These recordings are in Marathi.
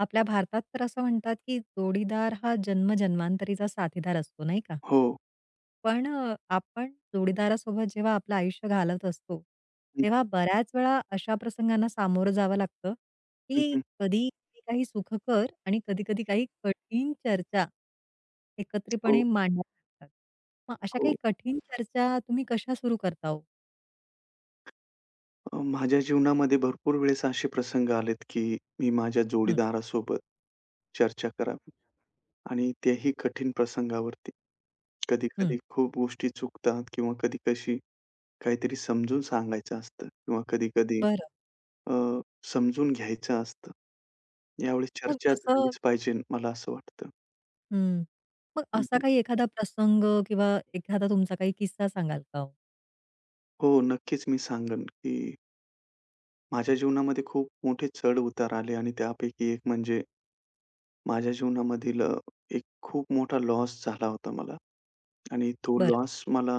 आपल्या भारतात तर असं म्हणतात, की जोडीदार हा जन्म-जन्मांतरीचा साथीदार असतो, नाही का? हो. पण आपण जोडीदारासोबत जेव्हा आपलं आयुष्य घालत असतो, हं, तेव्हा बऱ्याच वेळा अशा प्रसंगांना सामोरं जावं लागतं, हं, की हं. कधी-कधी काही सुखकर आणि कधी-कधी काही कठीण चर्चा एकत्रितपणे हो, मांडाव्या लागतात. मग अशा हो. काही कठीण चर्चा तुम्ही कशा सुरू करता हो? माझ्या जीवनामध्ये भरपूर वेळेस असे प्रसंग आलेत, की मी माझ्या हं, जोडीदारासोबत चर्चा करावी आणि तेही कठीण प्रसंगावरती. हं. कधी-कधी खूप गोष्टी चुकतात किंवा कधी कशी काहीतरी समजून सांगायचं असतं किंवा कधी-कधी बरं. अ, समजून घ्यायचं असतं. यावेळी मग चर्चा असं. झालीच पाहिजे मला असं वाटतं. हं. मग हं, असा हं. काही एखादा प्रसंग किंवा एखादा तुमचा काही किस्सा सांगाल का हो? हो, नक्कीच मी सांगेन, की माझ्या जीवनामध्ये खूप मोठे चढ-उतार आले आणि त्यापैकी एक म्हणजे माझ्या जीवनामधील एक खूप मोठा लॉस झाला होता मला आणि तो बरं. लॉस मला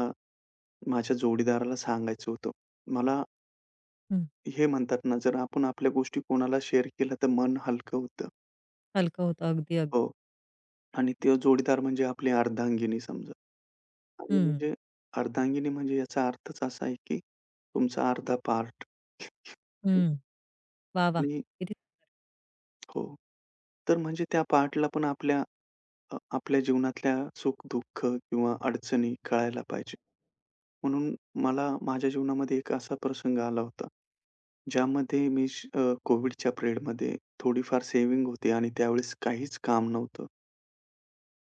माझ्या जोडीदाराला सांगायचं होतं. मला हं. हे म्हणतात ना, जर आपण आपल्या गोष्टी कोणाला शेअर केल्या तर मन हलकं होतं. हलकं होतं अगदी, हो. अगदी. आणि तो जोडीदार म्हणजे आपली अर्धांगिनी समजा आणि हं, म्हणजे अर्धांगिनी म्हणजे याचा अर्थच असा आहे, की तुमचा अर्धा पार्ट हं. वाह! वाह! आणि किती. हो. तर म्हणजे त्या पार्टला पण आपल्या आपल्या जीवनातल्या सुख-दुःख किंवा अडचणी कळायला पाहिजे. म्हणून मला माझ्या जीवनामध्ये एक असा प्रसंग आला होता, ज्यामध्ये मी कोव्हिडच्या पिरियडमध्ये थोडीफार सेव्हिंग होती आणि त्यावेळेस काहीच काम नव्हतं.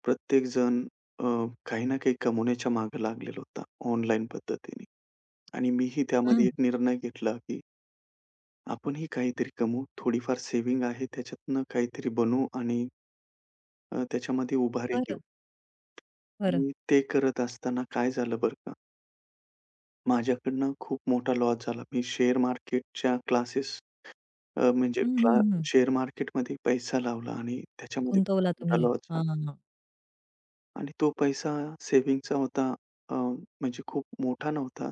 प्रत्येकजण अ, काही ना काही कमवण्याच्या मागे लागलेला होता ऑनलाईन पद्धतीने आणि मीही हं. त्यामध्ये एक निर्णय घेतला, की आपणही काहीतरी कमवू, थोडीफार सेव्हिंग आहे त्याच्यातनं काहीतरी बनवू आणि त्याच्यामध्ये उभारी घेऊ. बरं, बरं. आणि ते करत असताना काय झालं बरं, माझ्याकडनं खूप मोठा लॉस झाला. मी शेअर मार्केटच्या क्लासेस, म्हणजे हं, हं, हं. शेअर मार्केटमध्ये पैसा लावला आणि त्याच्यामध्ये खूप गुंतवला मोठा तुम्ही. लॉस झाला हां, हां. आणि तो पैसा सेव्हिंगचा होता. अ, म्हणजे खूप मोठा नव्हता.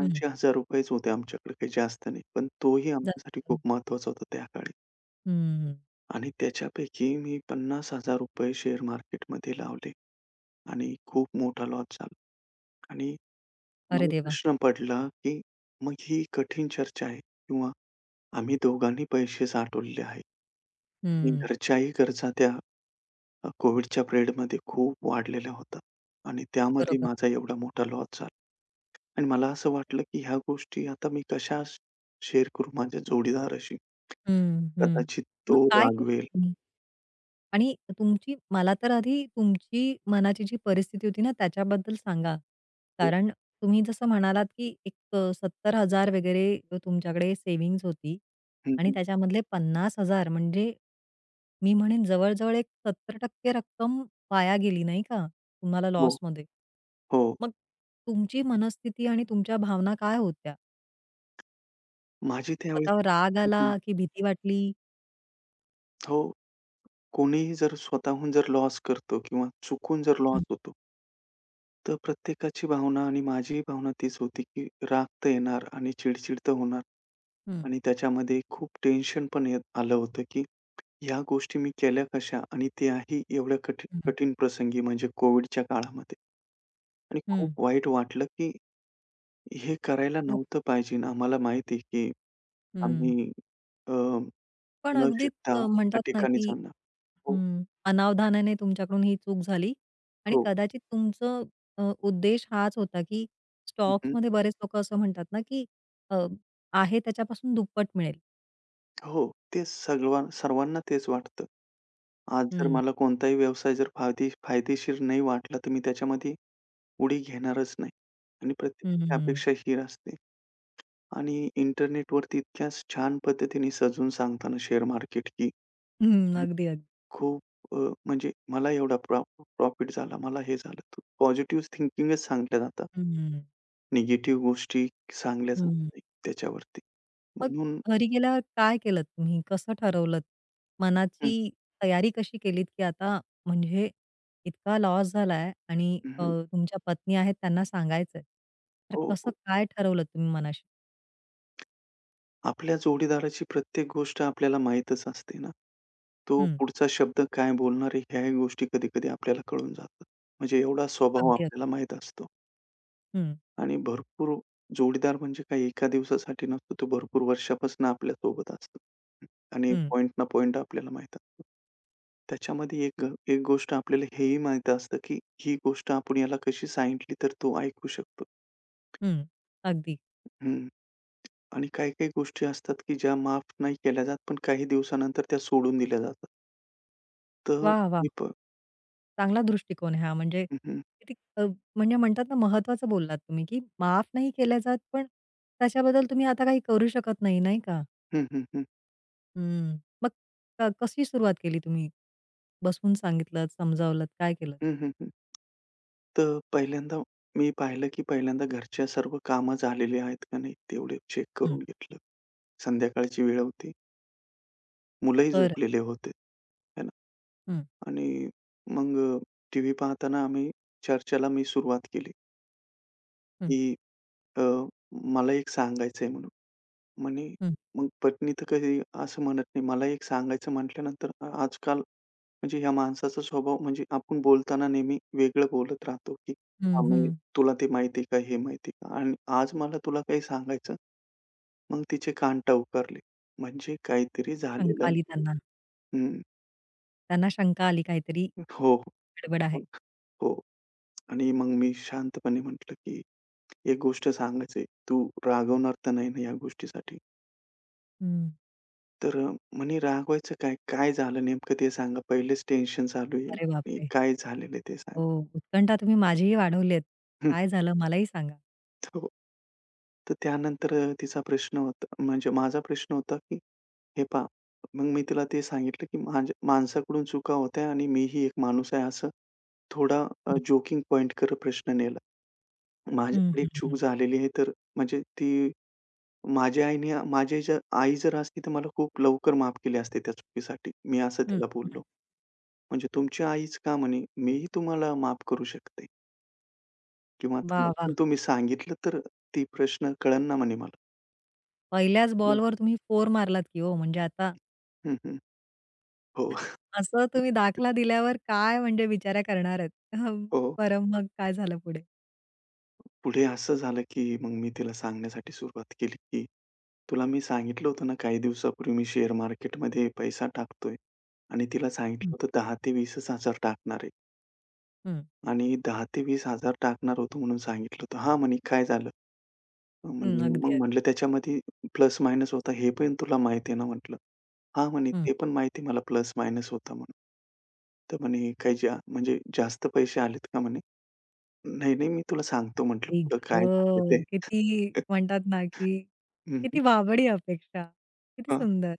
हं. होते आमच्याकडे, काही जास्त नाही. पण तोही आमच्यासाठी खूप जास्त. महत्त्वाचा होता त्या काळी. हं. आणि त्याच्यापैकी मी ₹50,000 शेअर मार्केटमध्ये लावले आणि खूप मोठा लॉस झाला. आणि अरे मला देवा! प्रश्न पडला, की मग ही कठीण चर्चा आहे किंवा आम्ही दोघांनी पैसे साठवलेले आहेत आणि हं. घरच्याही गरजा त्या कोव्हिडच्या पिरियडमध्ये खूप वाढलेल्या होत्या आणि त्यामध्ये बरोबर. माझा एवढा मोठा लॉस झाला आणि मला असं वाटलं, की ह्या गोष्टी आता मी कशा शेअर करू माझ्या जोडीदाराशी? हं, हं. कदाचित मग तो काय केलं रागवेल. तुम्ही? आणि तुमची, मला तर आधी तुमची मनाची जी परिस्थिती होती ना, त्याच्याबद्दल सांगा. हो. कारण तुम्ही जसं म्हणालात, की एक 70,000 वगैरे तुमच्याकडे सेव्हिंग्ज होती हं, आणि हं. त्याच्यामधले 50,000 म्हणजे मी म्हणेन जवळ-जवळ एक 70% रक्कम वाया गेली, नाही का, तुम्हाला हो, लॉसमध्ये. हो. मग तुमची मनस्थिती आणि तुमच्या भावना काय होत्या? माझी त्यावेळेस स्वतःवर राग आला चुकून. की भीती वाटली? हो, कोणीही जर स्वतःहून जर लॉस करतो किंवा चुकून जर लॉस हं, होतो, तर प्रत्येकाची भावना आणि माझीही भावना तीच होती, की राग तर येणार आणि चिड तर होणार. हं, आणि त्याच्यामध्ये खूप टेन्शन पण येत आलं होतं, की ह्या गोष्टी मी केल्या कशा? आणि त्याही एवढ्या कठीण हं. कठीण प्रसंगी म्हणजे कोविडच्या काळामध्ये. आणि खूप हं, वाईट वाटलं, की हे करायला बरं. नव्हतं पाहिजे. ना. आम्हाला माहिती आहे, की हं. आम्ही अ, पण न अगदीच शिकता त्या म्हणतात ना, ठिकाणी की जाणार. हो, हं, अनावधानाने तुमच्याकडून ही चूक झाली आणि हो. कदाचित तुमचं अ, उद्देश हाच होता, की हं, स्टॉक्समध्ये बरेच लोकं असं म्हणतात ना, की अ, आहे त्याच्यापासून दुप्पट मिळेल. हो, तेच सर्वा सर्वांना तेच वाटतं. आज जर हं, मला कोणताही व्यवसाय जर फायदेशीर नाही वाटला, तर मी त्याच्यामध्ये उडी घेणारच नाही. आणि हं, प्रत्येकाची हं, हं. अपेक्षा ही असते. आणि इंटरनेटवरती इतक्याच छान पद्धतीने सजवून सांगताना शेअर मार्केट, की हं, अगदी, अगदी. खूप अ, म्हणजे मला एवढा प्रॉफिट झाला, मला हे झालं. तर पॉझिटिव्ह थिंकिंगच सांगितल्या जातात. हं, निगेटिव्ह गोष्टी सांगल्या जात हं. नाही त्याच्यावरती. मग म्हणून घरी गेल्यावर काय केलत तुम्ही? कसं ठरवलत? मनाची हं, तयारी कशी केलीत, की आता, म्हणजे इतका लॉस झालाय आणि हं. तुमच्या पत्नी आहेत त्यांना सांगायचंय. तर हो, कसं हो. काय ठरवलं तुम्ही मनाशी? आपल्या जोडीदाराची प्रत्येक गोष्ट आपल्याला माहीतच असते ना. तो हं, पुढचा शब्द काय बोलणार आहे ह्याही गोष्टी कधी-कधी आपल्याला कळून जातात. म्हणजे एवढा स्वभाव अगदी, अगदी. आपल्याला माहीत असतो. हं, आणि भरपूर जोडीदार म्हणजे काही एका दिवसासाठी नसतो. तो भरपूर वर्षापासून आपल्या सोबत असतो. आणि हं, पॉइंट ना पॉइंट आपल्याला माहीत असतो. त्याच्यामध्ये एक गोष्ट आपल्याला हेही माहीत असतं, की ही गोष्ट आपण याला कशी सांगितली तर तो ऐकू शकतो. हं. अगदी. हं. आणि काही-काही गोष्टी असतात, की ज्या माफ नाही केल्या जात, पण काही दिवसानंतर त्या सोडून दिल्या जातात. तर वाह! वाह! मी पण चांगला दृष्टिकोन आहे हा. म्हणजे हं, हं. किती म्हणजे म्हणतात ना, महत्वाचं बोललात तुम्ही, की माफ नाही केल्या जात, पण त्याच्याबद्दल तुम्ही आता काही करू शकत नाही, नाही का? हं, हं, हं. हं. मग कशी सुरुवात केली तुम्ही? बसवून सांगितलत, समजावलत, काय केलं? हं, तर पहिल्यांदा मी पाहिलं, की पहिल्यांदा घरच्या सर्व कामं झालेली आहेत का नाही तेवढे चेक हं. करून घेतलं. संध्याकाळची वेळ होती. मुलंही बरं. झोपलेले होते. है ना? हं, आणि मग टीव्ही पाहताना आम्ही चर्चेला मी सुरुवात केली, हं, की अ, "मला एक सांगायचंय" म्हणून. म्हणे, हं, मग पत्नी तर काही असं म्हणत नाही. मला एक सांगायचं म्हटल्यानंतर आजकाल म्हणजे ह्या माणसाचा स्वभाव म्हणजे आपण बोलताना नेहमी वेगळं बोलत राहतो, की हं, हं. आम्ही तुला ते माहिती आहे का, हे माहिती का? आणि आज मला तुला काही सांगायचं. मग तिचे कान टवकारले. म्हणजे काहीतरी शंका झालेलं. आली त्यांना. हं. त्यांना शंका आली काहीतरी हो, गडबड हो, आहे. हो. आणि मग मी शांतपणे म्हटलं, की "एक गोष्ट सांगायची, तू रागवणार तर नाही ना या गोष्टीसाठी?" हं. तर म्हणे, "रागवायचं काय? काय झालं नेमकं ते सांगा. पहिलेच टेन्शन चालू आहे अरे आणि बापरे! काय झालेलं आहे ते हो, सांगा." उत्कंठा तुम्ही माझीही वाढवली आहेत. काय झालं मलाही सांगा? हो. तर त्यानंतर तिचा प्रश्न होता म्हणजे माझा प्रश्न होता, की "हे पहा". मग मी तिला ते सांगितलं, की "माझ्या माणसाकडून चुका होत्या आणि मीही एक माणूस आहे." असं थोडा हं, जोकिंग पॉइंट करत प्रश्न नेला. हं, माझ्याकडे एक हं, चूक हं, झालेली आहे तर म्हणजे ती माझ्या आईने माझी जर आई जर असती तर मला खूप लवकर माफ केली असती त्या चुकीसाठी. मी असं हं, तिला बोललो. हं. म्हणजे "तुमची आईच का म्हणे, मीही तुम्हाला माफ करू शकते किंवा वाह, तुम्ही वाह! तुम्ही सांगितलं तर ती प्रश्न कळेल ना म्हणे मला." पहिल्याच बॉलवर तुम्ही फोर मारलात की हो. म्हणजे आता हं, हं. हो. असं तुम्ही दाखला दिल्यावर काय, म्हणजे बिचाऱ्या करणार आहेत. हो. बरं, मग काय झालं पुढे? पुढे असं झालं, की मग मी तिला सांगण्यासाठी सुरुवात केली, की तुला मी सांगितलं होतं ना, काही दिवसापूर्वी मी शेअर मार्केटमध्ये पैसा टाकतोय आणि तिला सांगितलं हं, होतं 10,000 ते 20,000 टाकणार आहे हं. आणि 10,000 ते 20,000 टाकणार होतो म्हणून सांगितलं होतं. हां, म्हणे काय झालं? हं, म्हणे अगदी, मग अगदी. म्हटलं त्याच्यामध्ये प्लस मायनस होता हे पण तुला माहिती आहे ना म्हटलं. हां, म्हणे हं. ते पण माहिती मला प्लस मायनस होता म्हणून. तर म्हणे काही जा म्हणजे जास्त पैसे आलेत का म्हणे? नाही, नाही मी तुला सांगतो म्हटलं आई पुढं काय झालं गं! ते. किती म्हणतात ना, की हं, हं. किती वावडी अपेक्षा. किती हां. सुंदर.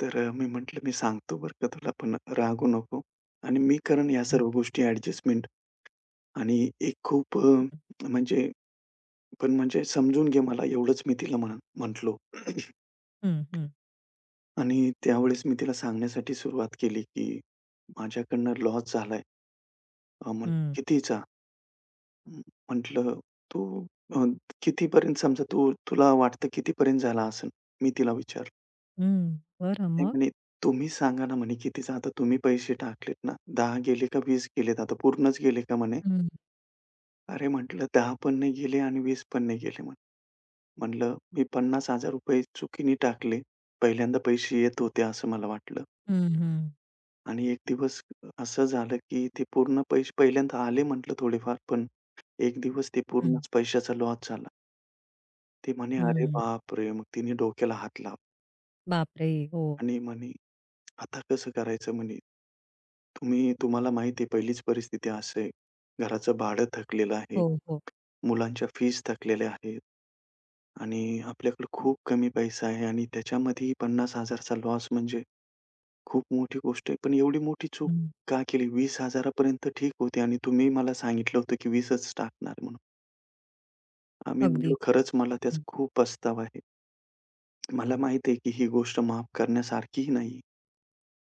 तर मी म्हटलं, मी सांगतो बरं का तुला, पण रागवू नको आणि मी करेन या हं, सर्व गोष्टी ॲडजस्टमेंट. आणि एक खूप म्हणजे पण म्हणजे समजून घे मला एवढंच मी तिला म्हटलो. हं, हं, आणि त्यावेळेस मी तिला सांगण्यासाठी सुरुवात केली, की माझ्याकडनं लॉस झालाय. म्हण हं, कितीचा? म म्हटलं, तू अ, कितीपर्यंत, समजा तू तुला वाटतं कितीपर्यंत झाला असेल? मी तिला विचारलं. हं. बरं, नाही मग? म्हणे, तुम्ही सांगा ना म्हणे, कितीचा आता तुम्ही पैसे टाकलेत ना, 10 गेले का 20 गेलेत आता पूर्णच गेले का म्हणे? हं, अरे म्हटलं 10 पण नाही गेले आणि 20 पण नाही गेले म्हणे. म्हटलं मी ₹50,000 चुकीने टाकले. पहिल्यांदा पैसे येत होते असं मला वाटलं हं, हं, आणि एक दिवस असं झालं, की ते पूर्ण पैसे पहिल्यांदा आले म्हटलं थोडेफार, पण एक दिवस ते हं, पूर्णच पैशाचा लॉस झाला. ते म्हणे, "अरे हं. बापरे!" मग तिने डोक्याला हात लावला बापरे! हो, आणि म्हणे, "आता कसं करायचं?" म्हणे. तुम्ही तुम्हाला माहिती आहे पहिलीच परिस्थिती अशी आहे. घराचं भाडं थकलेलं आहे. हो, हो. मुलांच्या फीज थकलेल्या आहेत आणि आपल्याकडे खूप कमी पैसा आहे आणि त्याच्यामध्येही पन्नास चा लॉस म्हणजे खूप मोठी गोष्ट आहे. पण एवढी मोठी चूक हं. का केली? 20,000 पर्यंत ठीक होती आणि तुम्ही मला सांगितलं होतं की 20च टाकणार म्हणून. आम्ही म्हटलो अगदी. खरंच मला त्याचा हं, खूप पस्तावा आहे. मला माहिती आहे की ही गोष्ट माफ करण्यासारखीही नाही.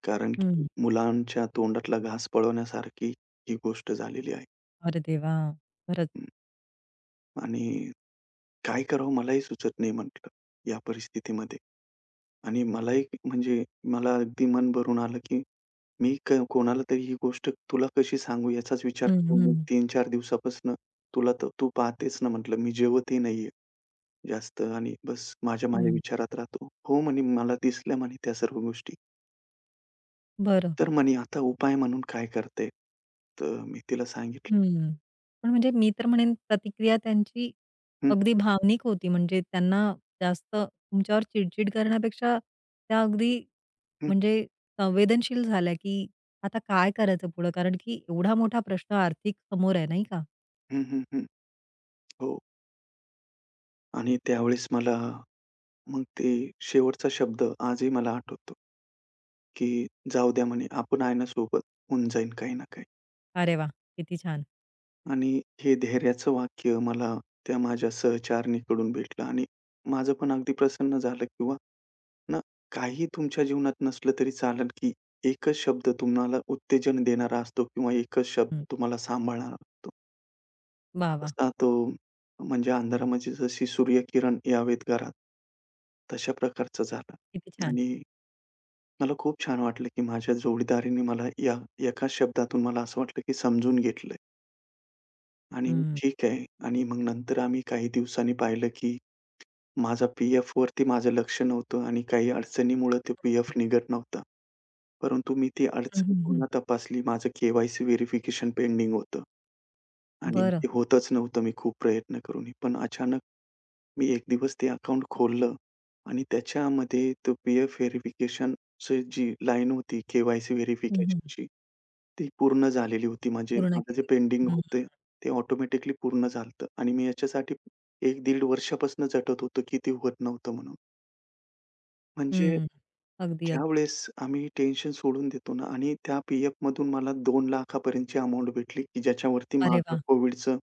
कारण की हं. मुलांच्या तोंडातला घास पळवण्यासारखी ही गोष्ट झालेली आहे. अरे देवा! खरंच. हं. आणि काय करावं मलाही सुचत नाही म्हटलं या परिस्थितीमध्ये. आणि मलाही म्हणजे मला अगदी मन भरून आलं, की मी कोणाला तरी ही गोष्ट तुला कशी सांगू याचाच विचार हं, करून मी हं, 3-4 दिवसापासून तुला तर तू पाहतेच ना म्हटलं, मी जेवतही नाहीये जास्त आणि बस माझ्या माझ्या हं. विचारात राहतो. हो म्हणे मला दिसल्या म्हणे त्या सर्व गोष्टी. बरं. तर म्हणे आता उपाय म्हणून काय करता, तर मी तिला सांगितलं. हं. पण म्हणजे मी तर म्हणेन, प्रतिक्रिया त्यांची हं, अगदी भावनिक होती. म्हणजे त्यांना जास्त तुमच्यावर चिडचिड करण्यापेक्षा त्या अगदी, हं, म्हणजे संवेदनशील झाल्या, की आता काय करायचं पुढं? कारण की एवढा मोठा प्रश्न आर्थिक समोर आहे, नाही का? हं, हं, हं. हो, आणि त्यावेळेस मला मग ते शेवटचा शब्द आजही मला आठवतो. की जाऊ द्या म्हणे, आपण आहे ना सोबत, होऊन जाईल काही ना काही. अरे वा, किती छान. आणि हे धैर्याचं वाक्य मला त्या माझ्या सहचारणीकडून भेटलं आणि माझं पण अगदी प्रसन्न झालं. किंवा ना, काही तुमच्या जीवनात नसलं तरी चालेल, की एकच शब्द तुम्हाला उत्तेजन देणारा असतो किंवा एकच शब्द हं. तुम्हाला सांभाळणारा असतो. वाह, वाह! तसा तो म्हणजे अंधारामध्ये जशी सूर्यकिरण यावेत घरात, तशा प्रकारचा झाला. किती छान. आणि मला खूप छान वाटलं, की माझ्या जोडीदारीने मला या एका शब्दातून मला असं वाटलं, की समजून घेतलंय. आणि हं. ठीक आहे. आणि मग नंतर आम्ही काही दिवसांनी पाहिलं, की माझा पी-एफवरती एफ वरती माझं लक्ष नव्हतं आणि काही अडचणीमुळं ते पी-एफ निघत नव्हता. परंतु मी ती हं, अडचण हं, हं. पुन्हा तपासली. माझं के व्हेरिफिकेशन पेंडिंग होतं आणि बरं. ते होतच नव्हतं, मी खूप प्रयत्न करूनही. पण अचानक मी एक दिवस ते अकाउंट खोललं आणि त्याच्यामध्ये तो पी-एफ व्हेरिफिकेशनची जी लाईन होती, के-वाय-सी हं, हं. व्हेरिफिकेशनची, ती पूर्ण झालेली होती. म्हणजे पूर्ण माझं जे केली. पेंडिंग हं, होतं, ते ऑटोमॅटिकली पूर्ण झालं आणि मी याच्यासाठी 1-1.5 वर्षापासून झटत होतो, की ते होत नव्हतं म्हणून. म्हणजे हं. अगदी, अगदी. ज्यावेळेस आम्ही टेन्शन सोडून देतो ना, आणि त्या पी-एफमधून मला 2,00,000 पर्यंतची अमाउंट भेटली, की ज्याच्यावरती अरे माझं वाह! कोविडचं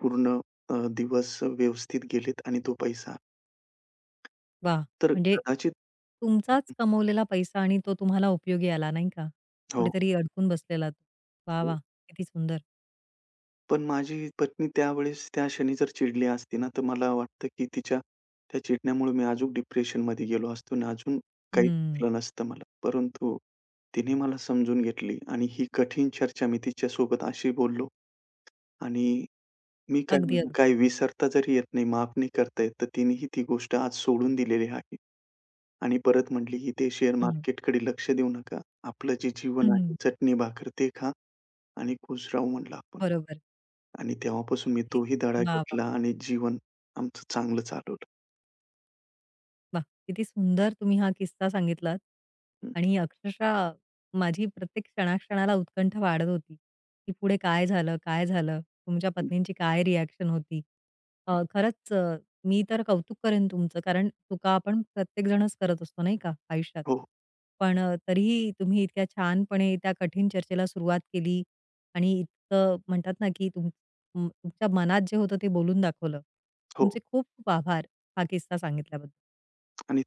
पूर्ण दिवस व्यवस्थित गेलेत आणि तो पैसा. वा, तर म्हणजे कदाचित तुमचाच कमवलेला पैसा आणि तो तुम्हाला उपयोगी आला, नाही का? हो, कुठेतरी अडकून बसलेला तो. वा, हो. वा, किती सुंदर. पण माझी पत्नी त्यावेळेस त्या क्षणी जर चिडली असती ना, तर मला वाटतं की तिच्या त्या चिडण्यामुळे मी अजून डिप्रेशनमध्ये गेलो असतो आणि अजून काही हं. सुचलं नसतं मला. परंतु तिने मला समजून घेतली आणि ही कठीण चर्चा मी तिच्यासोबत अशी बोललो. आणि मी काय अगदी, म्हणू, अगदी. काही विसरता जरी येत नाही, माफ नाही करता येत, तर तिनेही ती गोष्ट आज सोडून दिलेली आहे. आणि परत म्हटली की ते शेअर हं. मार्केटकडे लक्ष देऊ नका. आपलं जे जीवन आहे, हं, चटणी भाकर ते खा आणि खुश राहू म्हणलं आपण. बरोबर. आणि तेव्हापासून मी किती. तोही धडा वाह! वाह! घेतला आणि जीवन आमचं चांगलं चालवलं. वाह! किती सुंदर तुम्ही हा किस्सा सांगितलात हं, आणि अक्षरशः माझी प्रत्येक क्षणाक्षणाला उत्कंठा वाढत होती, की पुढे काय झालं, काय झालं? तुमच्या हं. पत्नींची काय रिएक्शन होती? खरंच मी तर कौतुक करेन तुमचं. कारण चुका आपण प्रत्येकजणच करत असतो, नाही का, आयुष्यात. हो, पण तरीही तुम्ही इतक्या छानपणे त्या कठीण चर्चेला सुरुवात केली आणि इतकं म्हणतात ना, की तुम तुम- तुमच्या मनात जे होतं ते बोलून दाखवलं. हो. तुमचे खूप खूप आभार हा किस्सा सांगितल्याबद्दल. आणि